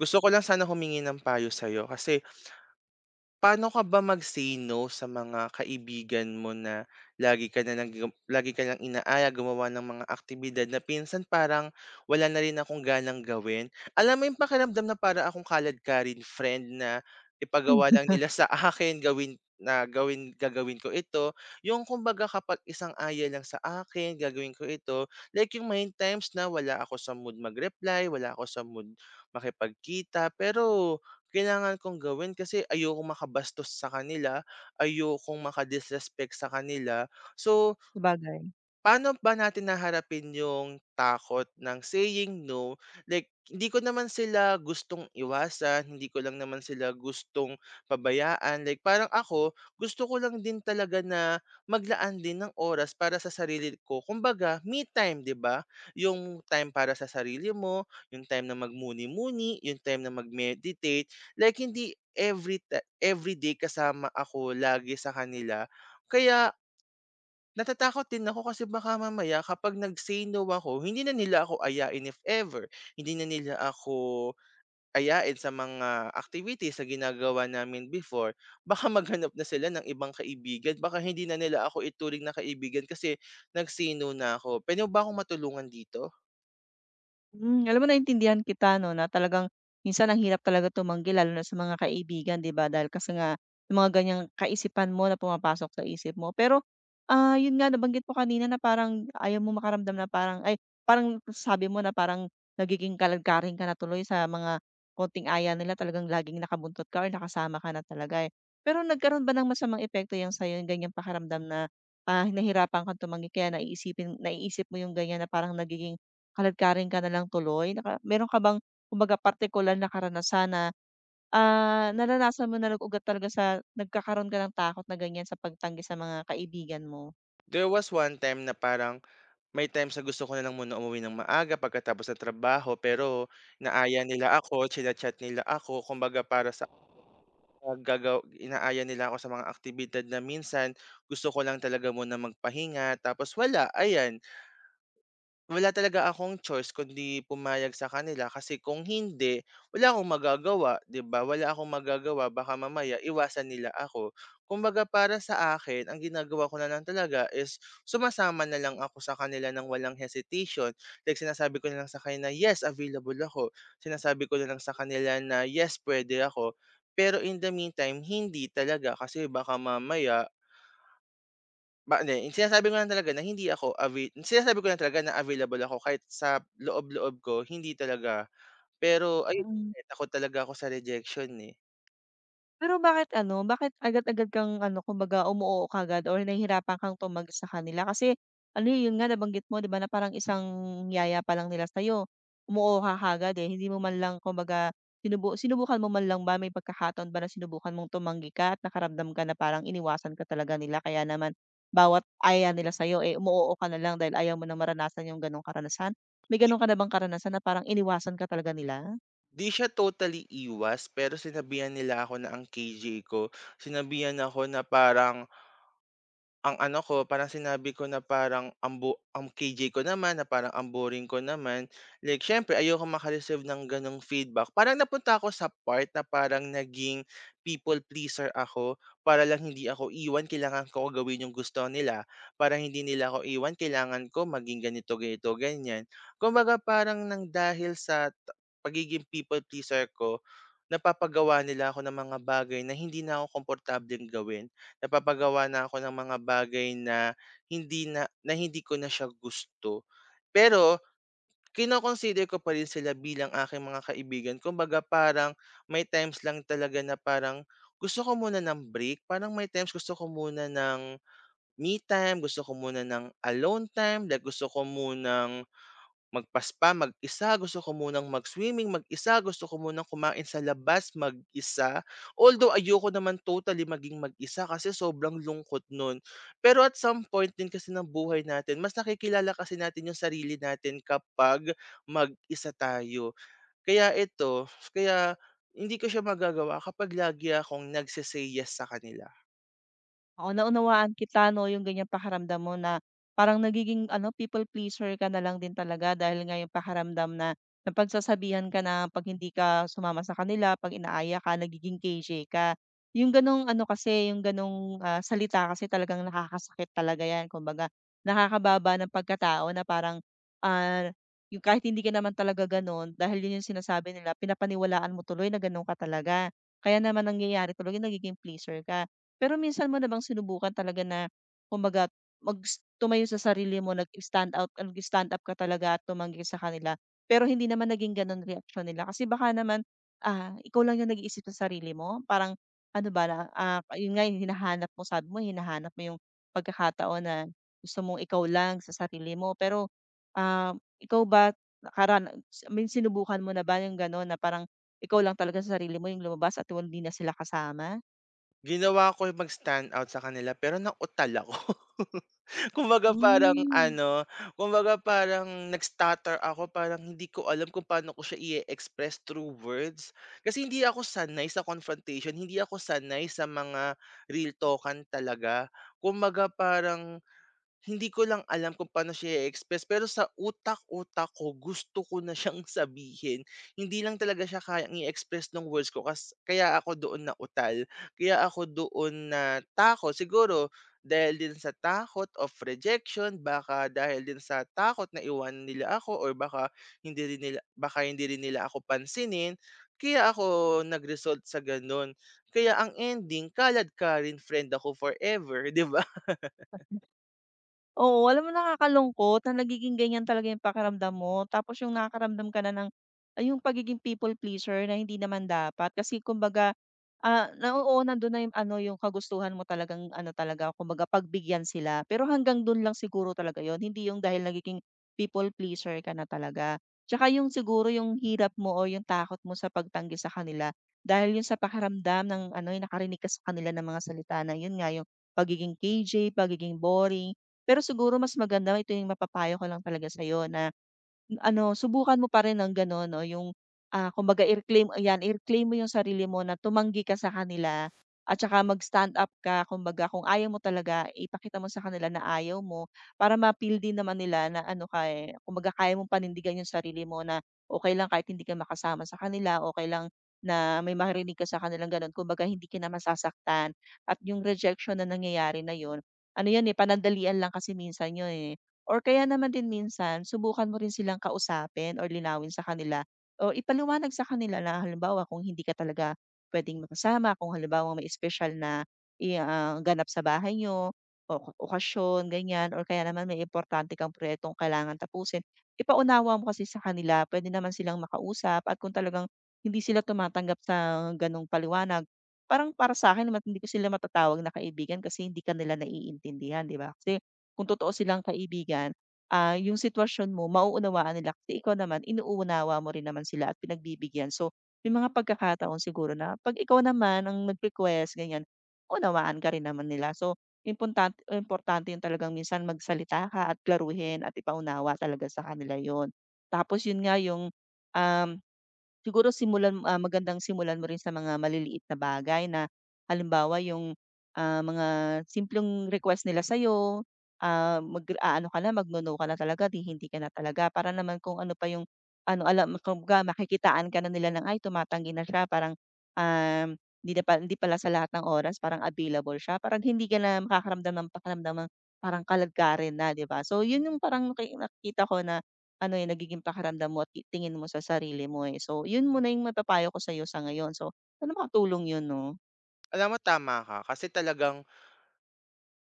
Gusto ko lang sana humingi ng payo sa'yo kasi paano ka ba mag-say no sa mga kaibigan mo na lagi ka lang inaaya gumawa ng mga aktibidad na minsan parang wala na rin akong ganang gawin? Alam mo yung pakiramdam na para akong kalad-karin friend na ipagawa lang Hmm, nila sa akin, gawin na gawin gagawin ko ito. Yung kumbaga kapag isang-aya lang sa akin, gagawin ko ito. Like yung may times na wala ako sa mood mag-reply, wala ako sa mood makipagkita, pero kailangan kong gawin kasi ayokong makabastos sa kanila, ayokong maka-disrespect sa kanila. So, sabagay. Paano ba natin naharapin yung takot ng saying no? Like, hindi ko naman sila gustong iwasan, hindi ko lang naman sila gustong pabayaan. Like, parang ako, gusto ko lang din talaga na maglaan din ng oras para sa sarili ko. Kumbaga, me time, 'di ba? Yung time para sa sarili mo, yung time na magmuni-muni, yung time na mag-meditate. Like, hindi every day kasama ako lagi sa kanila. Kaya natatakot din ako kasi baka mamaya kapag nag-say no ako, hindi na nila ako ayain if ever. Hindi na nila ako ayain sa mga activities na ginagawa namin before. Baka maghanap na sila ng ibang kaibigan. Baka hindi na nila ako ituring na kaibigan kasi nag-say no na ako. Pwede mo ba akong matulungan dito? Alam mo, naintindihan kita 'no, na talagang minsan ang hirap talaga tumanggi lalo na sa mga kaibigan, 'di ba? Dahil kasi nga yung mga ganiyang kaisipan mo na pumapasok sa isip mo. Pero, yun nga nabanggit mo kanina na parang ayaw mo makaramdam na parang ay, parang sabi mo na parang nagiging kalagkaring ka na tuloy sa mga konting aya nila, talagang laging nakabuntot ka or nakasama ka na talaga, eh. Pero nagkaroon ba ng masamang epekto 'yan sa'yo, yung ganiyang pakiramdam na, nahirapan kang tumanggi kaya naiisip mo yung ganiyan na parang nagiging kaladkarin ka na lang tuloy? Naka meron ka bang kumbaga partikular na karanasan na, naranasan mo na nag-ugat talaga sa nagkakaroon ka ng takot na ganyan sa pagtanggi sa mga kaibigan mo? There was one time na parang may time sa gusto ko na lang muna umuwi ng maaga pagkatapos ng trabaho pero naaya nila ako, chinachat nila ako, kumbaga para sa Ah, gagaw inaaya nila ako sa mga aktibidad na minsan gusto ko lang talaga muna magpahinga tapos wala, ayan. Wala talaga akong choice kundi pumayag sa kanila kasi kung hindi, wala akong magagawa, 'di ba? Wala akong magagawa baka mamaya iwasan nila ako. Kumbaga para sa akin, ang ginagawa ko na lang talaga is sumasama na lang ako sa kanila ng walang hesitation. Like sinasabi ko na lang sa kanila, "Yes, available ako." Sinasabi ko na lang sa kanila na, "Yes, pwede ako." Pero in the meantime, hindi talaga kasi baka mamaya sinasabi ko lang talaga na hindi ako avai sinasabi ko lang talaga na available ako kahit sa loob-loob ko hindi talaga. Pero ayun nga, eh, takot talaga ako sa rejection, eh. Pero bakit ano, bakit agad-agad kang ano, kumbaga umu-oo kaagad or nahihirapan kang tumagos sa kanila? Kasi ano, eh, yun nga nabanggit mo 'di ba, na parang isang yaya pa lang nila sa'yo, umu-oo ka kaagad, eh. Hindi mo man lang kumbaga sinubukan mo man lang ba, may pagkakataon ba na sinubukan mong tumanggi ka at nakaramdam ka na parang iniwasan ka talaga nila kaya naman bawat aya nila sa'yo, eh, umu-oo ka na lang dahil ayaw mo na maranasan yung gano'ng karanasan? May gano'n ka na bang karanasan na parang iniwasan ka talaga nila? 'Di siya totally iwas pero sinabihan nila ako na ang KJ ko, sinabihan ako na parang Ang ano ko, parang sinabi ko na parang ang bo ang KJ ko naman na parang ang boring ko naman. Like siyempre ayokong maka-receive ng gano'ng feedback. Parang napunta ako sa part na parang naging people pleaser ako para lang hindi ako iwan, kailangan ko gawin yung gusto nila. Para hindi nila ako iwan, kailangan ko maging ganito, ganito, ganyan. Kumbaga parang nang dahil sa pagiging people pleaser ko, napapagawa nila ako ng mga bagay na hindi na ako komportableng gawin. Napapagawa na ako ng mga bagay na hindi ko na siya gusto. Pero kino ko pa rin sila bilang aking mga kaibigan. Kumbaga parang may times lang talaga na parang gusto ko muna ng break. Parang may times gusto ko muna ng me time, gusto ko muna ng alone time, like gusto ko munang spa mag-isa, gusto ko munang mag-swimming mag-isa, gusto ko munang kumain sa labas mag-isa. Although ayoko naman totally maging mag-isa kasi sobrang lungkot nun. Pero at some point din kasi ng buhay natin mas nakikilala kasi natin yung sarili natin kapag mag-isa tayo. Kaya ito, kaya hindi ko siya magagawa kapag lagi akong yes sa kanila. Oo, naunawaan kita 'no, yung ganyang pakiramdam mo na parang nagiging ano, people pleaser ka na lang din talaga dahil nga yung pakiramdam na napagsasabihan ka na 'pag hindi ka sumama sa kanila, 'pag inaaya ka, nagiging KJ ka. Yung gano'ng ano kasi, yung gano'ng, salita kasi talagang nakakasakit talaga 'yan. Kumbaga, nakakababa ng pagkatao na parang, ah, yung kahit hindi ka naman talaga gano'n, dahil yun yung sinasabi nila, pinapaniwalaan mo tuloy na gano'n ka talaga. Kaya naman nangyayari tuloy yung nagiging pleaser ka. Pero minsan mo na bang sinubukan talaga na kumbaga tumayo sa sarili mo, nag-stand up ka talaga at tumanggi sa kanila, pero hindi naman naging gano'n reaction nila? Kasi baka naman, ikaw lang yung nag-iisip sa sarili mo, parang ano ba na, yun nga yung hinahanap mo, sabi mo hinahanap mo yung pagkakataon na gusto mong ikaw lang sa sarili mo. Pero, ah, ikaw ba karan I mean, sinubukan mo na ba yung gano'n na parang ikaw lang talaga sa sarili mo yung lumabas at hindi na sila kasama? Ginawa ko yung mag-stand out sa kanila pero nautal ako. Kumbaga parang Hmm. ano, kumbaga parang nag-stutter ako, parang hindi ko alam kung paano ko siya i-express through words. Kasi hindi ako sanay sa confrontation, hindi ako sanay sa mga real talk-an talaga. Kumbaga parang hindi ko lang alam kung paano siya i-express pero sa utak-utak ko gusto ko na siyang sabihin. Hindi lang talaga siya kayang i-express ng words ko kaya ako doon na utal kaya ako doon na natakot. Siguro dahil din sa takot of rejection, baka dahil din sa takot na iwanan nila ako or baka hindi rin nila ako pansinin, kaya ako nag-result sa gano'n. Kaya ang ending, kalad ka rin friend ako forever, 'di ba? Oo, alam mo, nakakalungkot na nagiging ganyan talaga yung pakiramdam mo, tapos yung nakakaramdam ka na ng ay yung pagiging people pleaser na hindi naman dapat kasi kumbaga, na oo, nandun na yung ano, yung kagustuhan mo talagang ano talaga, kumbaga pagbigyan sila. Pero hanggang dun lang siguro talaga yon, hindi yung dahil nagiging people pleaser ka na talaga. Tsaka yung siguro yung hirap mo o yung takot mo sa pagtanggi sa kanila dahil yun sa pakiramdam ng ano, yung nakarinig ka sa kanila ng mga salita na yun nga, yung pagiging KJ, pagiging boring. Pero siguro mas maganda ito yung mapapayo ko lang talaga sa'yo na, ano, subukan mo pa rin ng gano'n 'no, yung, kumbaga i-reclaim, ayan, i-reclaim mo yung sarili mo na tumanggi ka sa kanila at saka mag-stand up ka. Kumbaga kung ayaw mo talaga, ipakita mo sa kanila na ayaw mo para ma-feel din naman nila na ano ka, eh, kumbaga kaya mong panindigan yung sarili mo na okay lang kahit hindi ka makasama sa kanila, okay lang na may maririnig ka sa kanilang gano'n. Kumbaga hindi ka na masasaktan at yung rejection na nangyayari na yun, ano yun, eh, panandalian lang kasi minsan yun, eh. Or kaya naman din minsan subukan mo rin silang kausapin or linawin sa kanila o ipaliwanag sa kanila na halimbawa kung hindi ka talaga puwedeng makasama, kung halimbawa may special na ganap sa bahay niyo o okasyon ganyan or kaya naman may importante kang proyektong kailangan tapusin. Ipaunawa mo kasi sa kanila, puwede naman silang makausap at kung talagang hindi sila tumatanggap sa gano'ng paliwanag, parang para sa'kin naman hindi ko sila matatawag na kaibigan kasi hindi ka nila naiintindihan, 'di ba? Kasi kung totoo silang kaibigan, yung sitwasyon mo mauunawaan nila kasi ikaw naman inuunawa mo rin naman sila at pinagbibigyan. So, may mga pagkakataon siguro na 'pag ikaw naman ang nag-request ganyan, unawaan ka rin naman nila. So, importante importante yung talagang minsan magsalita ka at klaruhin at ipaunawa talaga sa kanila yon. Tapos yun nga yung, um siguro magandang simulan mo rin sa mga maliliit na bagay na halimbawa yung, mga simpleng request nila sa mag-aano ka na, magno-no ka na talaga, hindi ka na talaga, para naman kung ano pa yung ano, alam, kumbaga makikitaan ka na nila ng, "Ay, tumatanggi na siya," parang, um, hindi na pa hindi pala sa lahat ng oras parang available siya, parang hindi ka na makakaramdam ng pakiramdam ng parang kaladkarin na, 'di ba? So, yun yung parang nakikita ko na ano yung nagiging pakiramdam mo at tingin mo sa sarili mo, eh. So, yun muna yung mapapayo ko sa'yo sa ngayon. So, ano, makatulong yun 'no? Alam mo tama ka kasi talagang,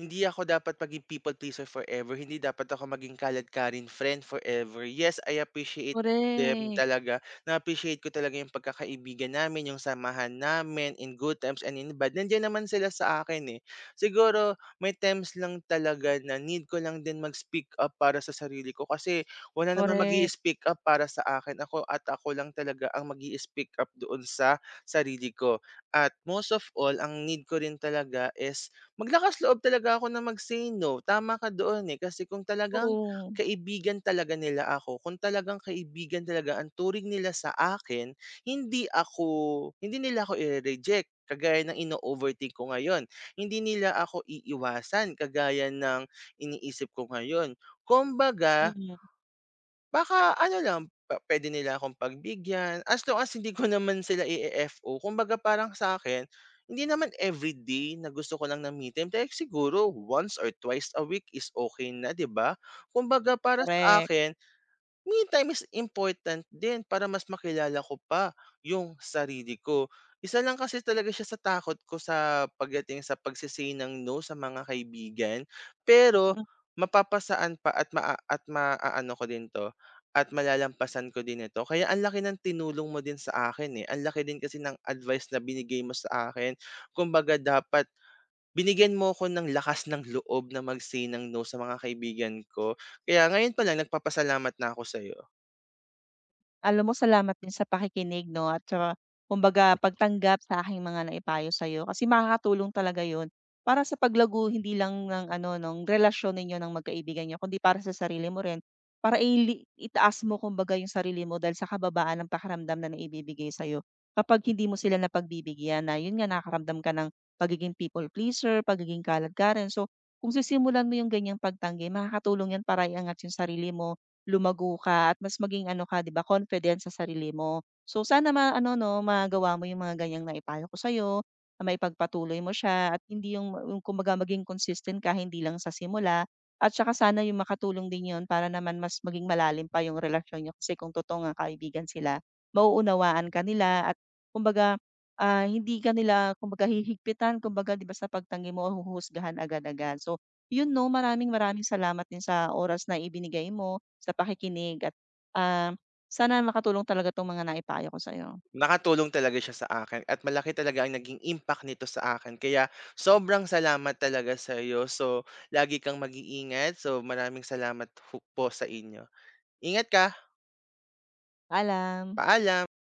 hindi ako dapat maging people pleaser forever, hindi dapat ako maging kaladkarin friend forever. Yes, I appreciate them Korek, talaga. Na-appreciate ko talaga yung pagkakaibigan namin, yung samahan namin in good times and in bad. Nandiyan naman sila sa akin eh. Siguro may times lang talaga na need ko lang din mag-speak up para sa sarili ko kasi wala naman mag korek. speak up para sa akin. Ako at ako lang talaga ang mag speak up doon sa sarili ko. At most of all, ang need ko rin talaga is maglakas loob talaga ako na mag-say no, tama ka doon, eh, kasi kung talagang Oo. kaibigan talaga nila ako, kung talagang kaibigan talaga ang turing nila sa akin, hindi nila ako ire-reject kagaya ng ino-overthink ko ngayon. Hindi nila ako iiwasan kagaya ng iniisip ko ngayon. Kumbaga Mm, baka ano lang, pa puwede nila akong pagbigyan, as long as hindi ko naman sila i-e-FO. Kumbaga parang sa akin hindi naman everyday na gusto ko lang ng me time, like siguro once or twice a week is okay na, 'di ba? Kumbaga para sa korek. akin me time is important din para mas makilala ko pa yung sarili ko. Isa lang kasi talaga siya sa takot ko sa pagdating sa pagse ng no sa mga kaibigan, pero mapapasaan pa at maa at maaano ko din 'to, at malalampasan ko din ito. Kaya ang laki ng tinulong mo din sa akin, eh, ang laki din kasi ng advice na binigay mo sa akin. Kumbaga dapat binigyan mo ko ng lakas ng loob na mag-say ng no sa mga kaibigan ko. Kaya ngayon pa lang nagpapasalamat na ako sa'yo. Alam mo, salamat din sa pakikinig 'no at saka kumbaga pagtanggap sa aking mga naipayo sa'yo kasi makakatulong talaga 'yun para sa paglago hindi lang ng ano ng relasyon ninyo ng magkaibigan niyo kundi para sa sarili mo rin. Para itaas mo kumbaga yung sarili mo dahil sa kababaan ng pakaramdam na naibibigay sa'yo kapag hindi mo sila napagbibigyan na yun nga nakaramdam ka ng pagiging people pleaser, pagiging kalad ka rin. So, kung sisimulan mo yung ganyang pagtanggi makakatulong 'yan para iangat yung sarili mo, lumago ka at mas maging ano ka 'di ba, confident sa sarili mo. So sana ma-ano 'no, magawa mo yung mga ganiyang naipayo ko sa'yo, na maipagpatuloy mo siya at hindi yung kumbaga maging consistent ka hindi lang sa simula, at saka sana yung makatulong din yun para naman mas maging malalim pa yung relasyon niyo kasi kung totoo ngang kaibigan sila, mauunawaan ka nila at kumbaga, hindi ka nila kumbaga hihigpitan kumbaga 'di ba sa pagtanggi mo huhusgahan agad-agad. So yun 'no, maraming maraming salamat din sa oras na ibinigay mo, sa pakikinig at, ah, sana makatulong talaga 'tong mga naipayo ko sa'yo. Nakatulong talaga siya sa akin at malaki talaga ang naging impact nito sa akin kaya sobrang salamat talaga sa iyo. So, lagi kang mag-iingat. So, maraming salamat ho po sa inyo. Ingat ka, Paalam. paalam.